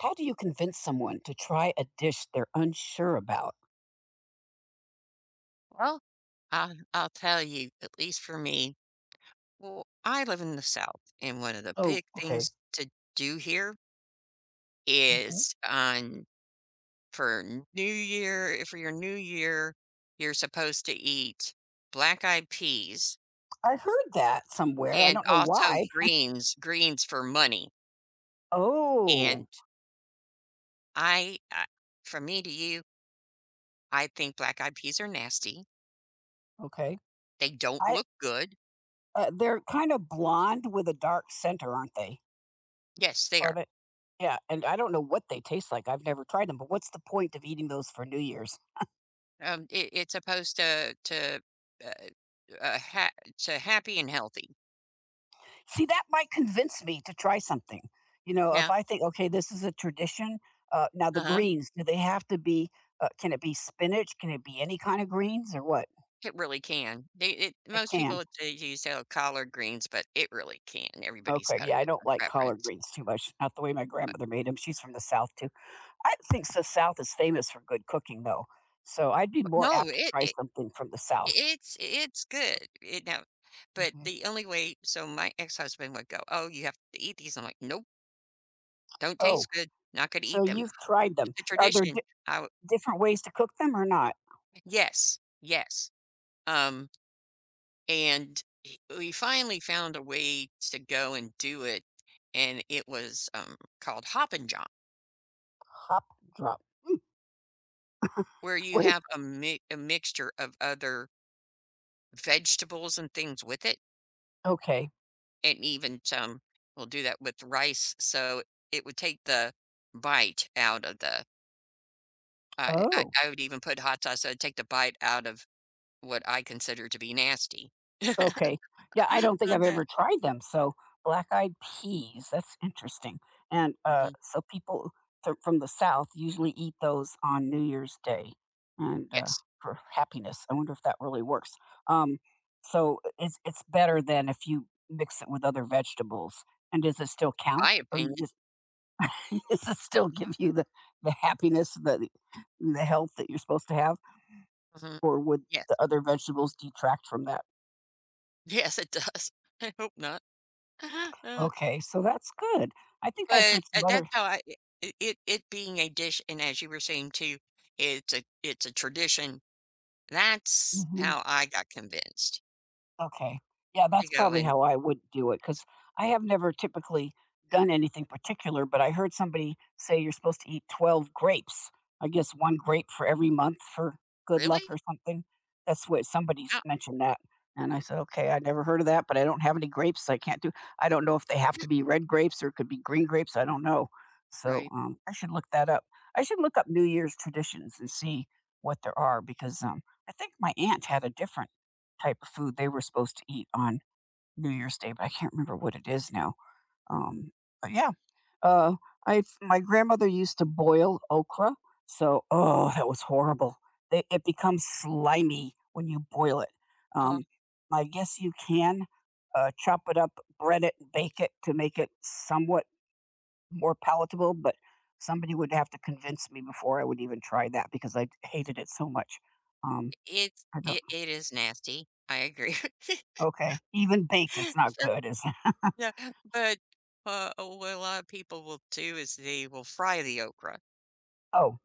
How do you convince someone to try a dish they're unsure about? Well, I'll tell you, at least for me, well, I live in the South, and one of the Oh, big okay. things to do here Mhm. is on for New Year, for your New Year, you're supposed to eat black eyed peas I heard that somewhere. I and don't know also why. greens for money. Oh, And I, from me to you, I think black eyed peas are nasty. okay. They don't I look good. They're kind of blonde with a dark center, aren't they? Yes, they Are are. they? Yeah, and I don't know what they taste like. I've never tried them, but what's the point of eating those for New Year's? It's supposed to to. Uh, ha to happy and healthy. See, that might convince me to try something. You know, if Yeah, I think, okay, this is a tradition. Now, the uh-huh. greens, do they have to be, can it be spinach? Can it be any kind of greens or what? It really can. They it It Most can. people they use, oh, collard greens, but it really can. Everybody's Okay, got yeah, a I don't different like collard preference. greens too much, not the way my grandmother made them. She's from the South too. I think the South is famous for good cooking, though, so I'd be more No, apt to it try it something from the South. It's good. It now But Mhm. the only way, so my ex-husband would go, "Oh, you have to eat these." I'm like, "Nope, don't Oh, taste good. Not gonna so eat them." you've tried them. It's a Are there tradition. di I w different ways to cook them or not? Yes, yes. Um And we finally found a way to go and do it, and it was called Hop and John, Pop, drop. Mm, where you what is have a mixture of other vegetables and things with it, okay. and even some will do that with rice. So it would take the bite out of the. I I, Oh. I would even put hot sauce. So it'd take the bite out of what I consider to be nasty. Okay. Yeah, I don't think On I've that. ever tried them. So black-eyed peas, that's interesting. And Mhm. so people from the South usually eat those on New Year's Day and Yes, for happiness. I wonder if that really works. Um, so it's better than if you mix it with other vegetables. And does it still my count, or you opinion. just does it still give you the happiness, the health that you're supposed to have, Mhm. or would the Yes, other vegetables detract from that? yes, it does. I hope not. Uh-huh, uh, Okay, so that's good. I think I've but, heard some uh, other. that's how I it it being a dish, and as you were saying too, it's a tradition. That's Mhm. how I got convinced Okay. Yeah, to that's go probably and, how I would do it because I have never typically done anything particular, but I heard somebody say you're supposed to eat 12 grapes. I guess one grape for every month for good luck "Really? or something. That's what somebody's How?" mentioned that. And I said, okay, I never heard of that, but I don't have any grapes. So I can't do, I don't know if they have to be red grapes or it could be green grapes. I don't know. So Right. I should look that up. I should look up New Year's traditions and see what there are because I think my aunt had a different type of food they were supposed to eat on New Year's Day, but I can't remember what it is now. Um, but yeah, uh, I my grandmother used to boil okra, so oh, that was horrible. They, it becomes slimy when you boil it. Oh. Um, I guess you can chop it up, bread it, and bake it to make it somewhat more palatable, but somebody would have to convince me before I would even try that because I hated it so much. Um, It's I don't. it it is nasty. I agree. Okay, even baked, it's not So, good. Is yeah, but, what a lot of people will do is they will fry the okra, oh,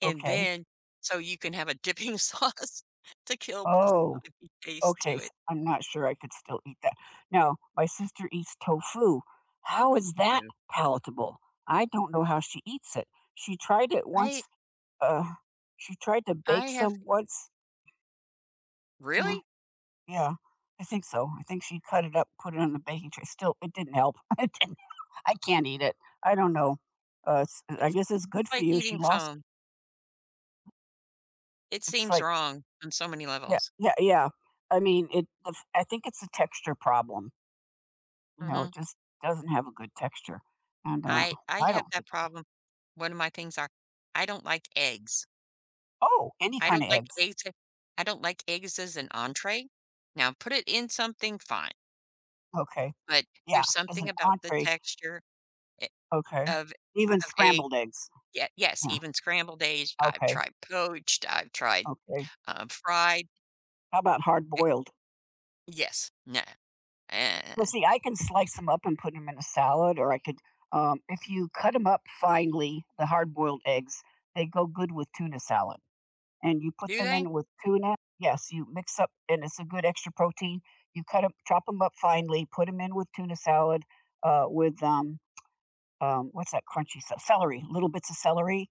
and okay. then so you can have a dipping sauce to kill the Oh, soggy taste okay, to so it. I'm not sure I could still eat that. Now, my sister eats tofu. How is that Yeah. palatable? I don't know how she eats it. She tried it I once, uh, she tried to I bake have some once. Yeah, Really? yeah, I think so. I think she cut it up, put it on the baking tray. Still, it didn't help. It didn't, I can't eat it. I don't know. It's, I It's guess it's it's good for like you. She eating lost. foam. It It's seems like, wrong on so many yeah, levels. yeah, yeah. I mean, it. I think it's a texture problem. You know, it Mhm. just doesn't have a good texture, and, I I have don't that think of, problem. One of my things are I don't like eggs. oh, any I kind of don't like eggs. eggs a I don't like eggs as an entrée. Now put it in something, fine, Okay. but Yeah, there's as something an about the entree, texture I okay. of Even of egg. scrambled eggs. Yeah, yes, Yeah, even scrambled eggs. I've okay, tried poached, I've tried, okay. Fried. How about hard I boiled? yes. No. Well, uh see, I can slice them up and put them in a salad, or I could, if you cut them up finely, the hard boiled eggs, they go good with tuna salad. And you put Do them they? in with tuna. Yes, you mix up and it's a good extra protein. You cut them, chop them up finely, put them in with tuna salad, with, what's that crunchy stuff? Celery, little bits of celery.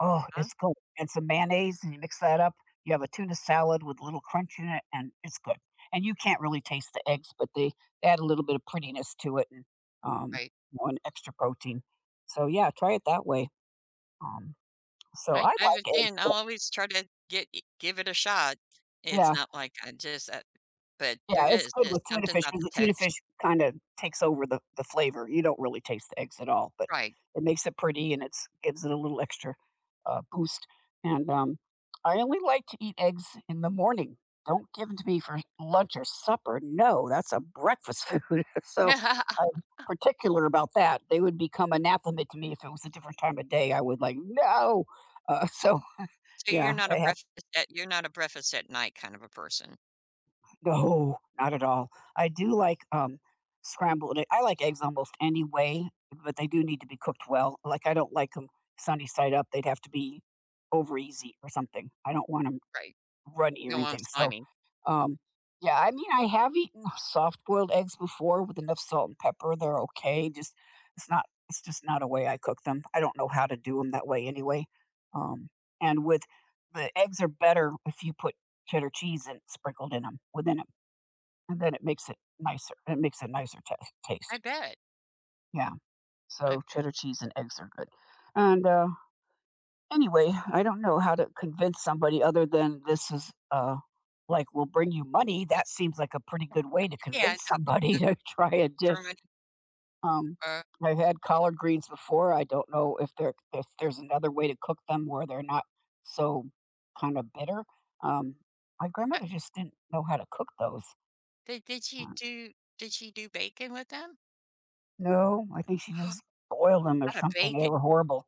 Oh, Huh? it's good. And some mayonnaise, and you mix that up. You have a tuna salad with a little crunch in it, and it's good. And you can't really taste the eggs, but they add a little bit of prettiness to it and, um, you know, and extra protein. So, yeah, try it that way. Um, so I I've like eggs, again, I'll but always try to get I give it a shot. It's yeah. not like I just but there Yeah, it's is good with just tuna something fish about because the the tuna text. fish kinda takes over the flavor. You don't really taste the eggs at all, but Right. it makes it pretty and it's gives it a little extra, boost, and, I only like to eat eggs in the morning. Don't give them to me for lunch or supper. No, that's a breakfast food, so I'm particular about that. They would become anathema to me if it was a different time of day. I would like, "No!" So, So yeah, they have you're not a breakfast at night kind of a person, no, not at all. I do like, scrambled egg I like eggs almost any way, but they do need to be cooked well. Like, I don't like them sunny side up, they'd have to be over easy or something. I don't want them right? runny You or don't want 'em anything, so, slimy. um, yeah, I mean, I have eaten soft boiled eggs before with enough salt and pepper, they're okay, just it's not it's just not a way I cook them. I don't know how to do them that way anyway, um, and with the eggs are better if you put cheddar cheese in sprinkled in 'em within 'em. And then it makes it nicer. It makes a nicer tas I taste. bet. Yeah. I So cheddar cheese and eggs are good. And, anyway, I don't know how to convince somebody other than this is, like, will bring you money. That seems like a pretty good way to Yeah, I convince know, somebody because to try a for dish. many Um, uh, I've had collard greens before. I don't know if there if there's another way to cook them where they're not so kind of bitter. Um, my uh, grandmother just didn't know how to cook those. Did you do did she do bacon with them? No, I think she just boiled them or Not a something, they bacon. were horrible.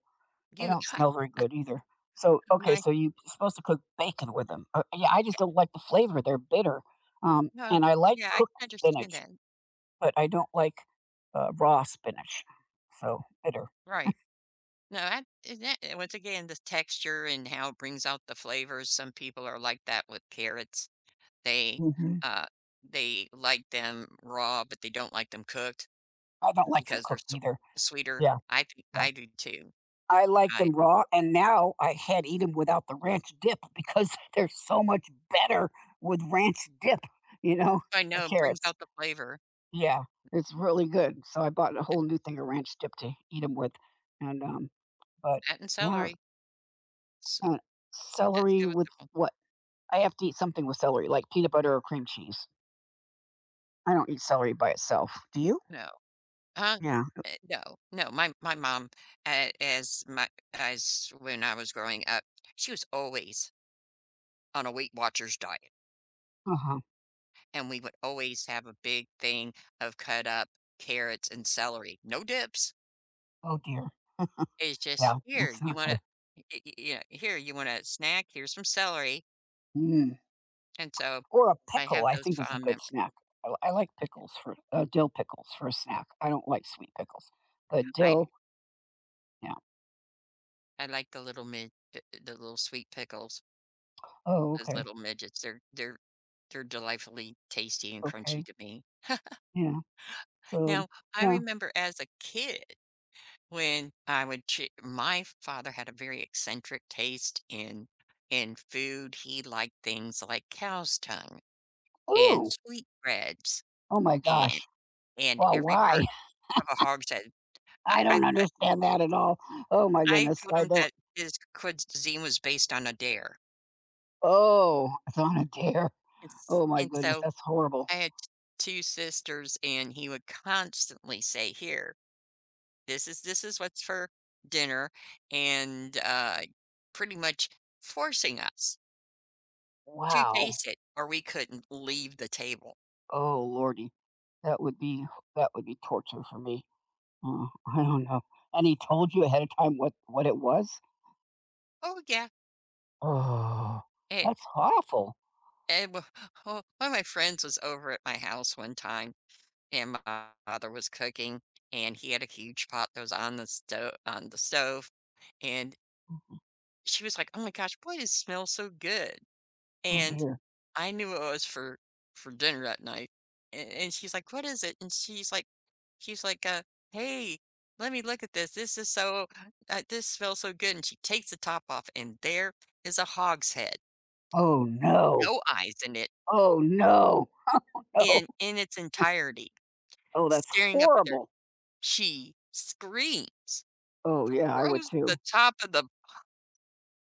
They You don't smell very good either. So, okay, my so you are supposed to cook bacon with them. Yeah, I just yeah, don't like the flavor, they're bitter. No, And I like yeah, I can cooked understand spinach, that. but I don't like, raw spinach, so bitter. Right. No, I And that, and once again, the texture and how it brings out the flavors, some people are like that with carrots. They, Mhm. uh, they like them raw, but they don't like them cooked I don't like them because they're cooked s either. sweeter. Yeah, I think yeah. I do too. I like I them raw, and now I had eat 'em without the ranch dip because they're so much better with ranch dip, you know, I the know it brings carrots. out the flavor. Yeah, it's really good. So I bought a whole new thing of ranch dip to eat them with, and, but That and yeah, celery, so uh, that's good celery with with the mhm, what? I have to eat something with celery, like peanut butter or cream cheese. I don't eat celery by itself. Do you? no. Uh, Yeah. eh, no, no, my mom, a as my as when I was growing up, she was always on a Weight Watchers diet, Uh-huh. and we would always have a big thing of cut up carrots and celery. No dips. Oh dear. It's just Yeah, here, that's you not want good. to, you know, here, you want a snack? Here's some celery. Mm. And so Or a I pickle, have I those think is a fond good mem snack. I like pickles for dill pickles for a snack. I don't like sweet pickles, but I dill. Yeah. I like the little sweet pickles, Oh, those okay. little midgets. They're delightfully tasty and Okay. crunchy to me. Yeah. So Now, I yeah. remember as a kid when I would choo my father had a very eccentric taste in food. He liked things like cow's tongue and Ooh. sweetbreads Oh my and gosh. and Well, every why? part of a hog's head. I I I don't I understand that at all. Oh my I goodness, told I him don't. that his cuisine was based on a dare. Oh, it's on a dare. And s Oh my and goodness, so that's horrible. I had 2 sisters, and he would constantly say, "Here, this is what's for dinner," and, pretty much forcing us to Wow. taste it, or we couldn't leave the table. Oh lordy. That would be that would be torture for me. I don't know. And he told you ahead of time what it was? Oh, yeah, Oh, it that's awful. it wa oh, one of my friends was over at my house one time, and my father was cooking, and he had a huge pot that was on the stove, and she was like, "Oh my gosh, boy, it smells so good." Oh And dear. I knew it was for dinner that night, and she's like, "What is it?" And she's like, "Hey, let me look at this. This is this smells so good." And she takes the top off, and there is a hog's head, Oh no. no eyes in it, Oh no. Oh, in its entirety, oh, that's staring up at her. horrible. She screams, Oh yeah, I would throws the too. top of the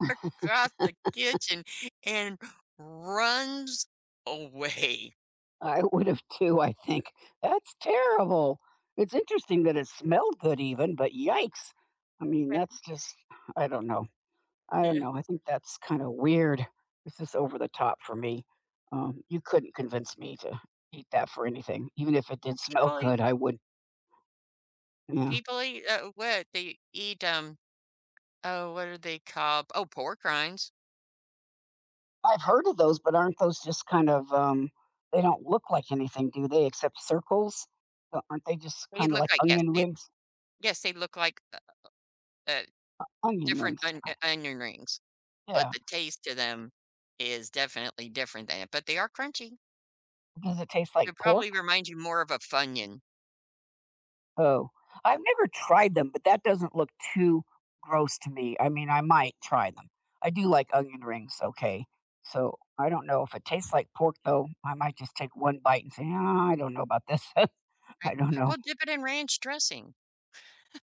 book across the kitchen, and runs away. I would have too, I think. That's terrible. It's interesting that it smelled good even, but yikes. I mean, that's just I don't know. I don't Yeah. know. I think that's kind of weird. This is over the top for me. You couldn't convince me to eat that for anything. Even if it did smell People good, I would yeah. People eat, what? They eat, oh, what are they called? Oh, pork rinds. I've heard of those, but aren't those just kind of they don't look like anything, do they, except circles? Aren't they just They kind of look like like yes, onion they rings? Yes, they look like, uh, Onion different rings on, kind onion rings, of. but Yeah. the taste to them is definitely different than it, but they are crunchy. Does it taste like It pork? probably remind you more of a Funyun, Oh, I've never tried them, but that doesn't look too gross to me. I mean, I might try them. I do like onion rings, okay. So I don't know if it tastes like pork, though. I might just take one bite and say, "Ah, I don't know about this. I right? don't know. Well, dip it in ranch dressing.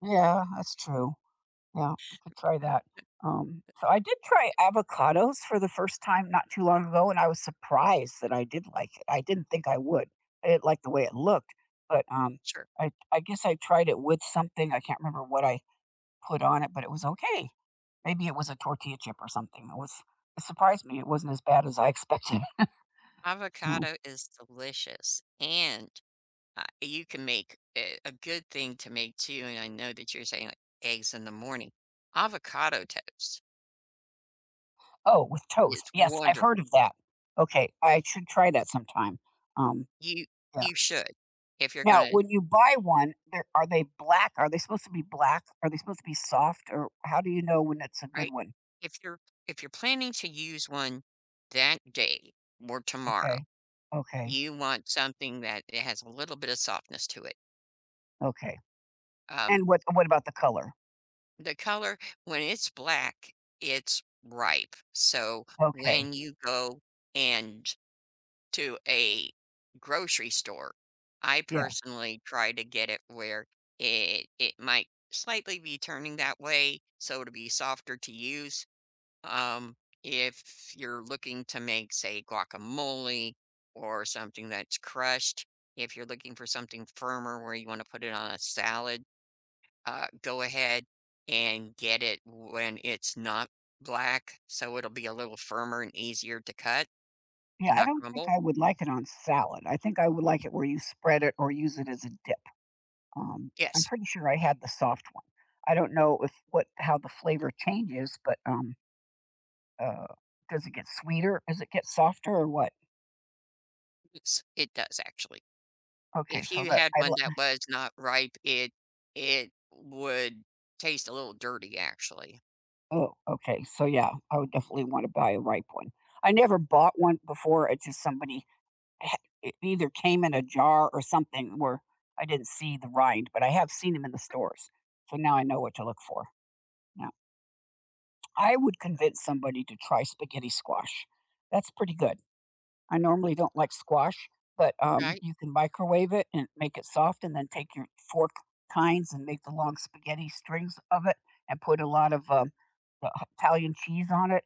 Yeah, that's true. Yeah, you could try that. So I did try avocados for the first time not too long ago, and I was surprised that I did like it. I didn't think I would. I didn't like the way it looked, but Sure. I guess I tried it with something. I can't remember what I put on it, but it was okay. Maybe it was a tortilla chip or something. It was it surprised me it wasn't as bad as I expected. So Avocado is delicious, and, you can make a good thing to make too, and I know that you're saying, like, eggs in the morning. Avocado toast. oh, with toast. It's Yes, I've heard wonderful. of that. Okay, I should try that sometime. Um, You yeah. you should If you're Now, gonna, when you buy one, they are they black? Are they supposed to be black? Are they supposed to be soft? Or how do you know when it's a good right? one? If you're planning to use one that day or tomorrow, Okay, okay, you want something that it has a little bit of softness to it. okay. Um, And what about the color? the color, when it's black, it's ripe. So Okay, when you go and to a grocery store, I yeah, personally try to get it where it might slightly be turning that way, so to be softer to use. Um, if you're looking to make, say, guacamole or something that's crushed, if you're looking for something firmer where you want to put it on a salad, go ahead and get it when it's not black, so it'll be a little firmer and easier to cut yeah. and I not don't think crumble. I would like it on salad. I think I would like it where you spread it or use it as a dip. I'm Yes. pretty sure I had the soft one. I don't know if what how the flavor changes, but uh, does it get sweeter does it get softer or what? Yes, it does actually. Okay, If so you that had I one lo- that was not ripe, it would taste a little dirty actually, oh okay, so yeah, I would definitely want to buy a ripe one. I never bought one before. It's just somebody ha- it either came in a jar or something where I didn't see the rind, but I have seen them in the stores, so now I know what to look for. Now I would convince somebody to try spaghetti squash. That's pretty good. I normally don't like squash, but, right? you can microwave it and make it soft and then take your fork tines and make the long spaghetti strings of it and put a lot of, uh, Italian cheese on it.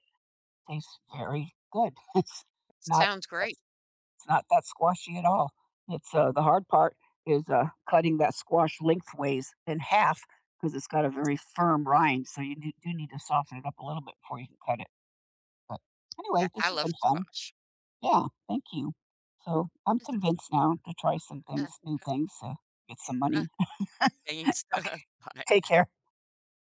Tastes very good. Not Sounds great. it's not that squashy at all. It's, the hard part is, cutting that squash lengthways in half because 'cause it's got a very firm rind, so you do need to soften it up a little bit before you can cut it. But anyway, this I has love been fun. squash. Yeah, thank you. So I'm convinced now to try some things, new things, to get some money. Thanks. Bye. Take care.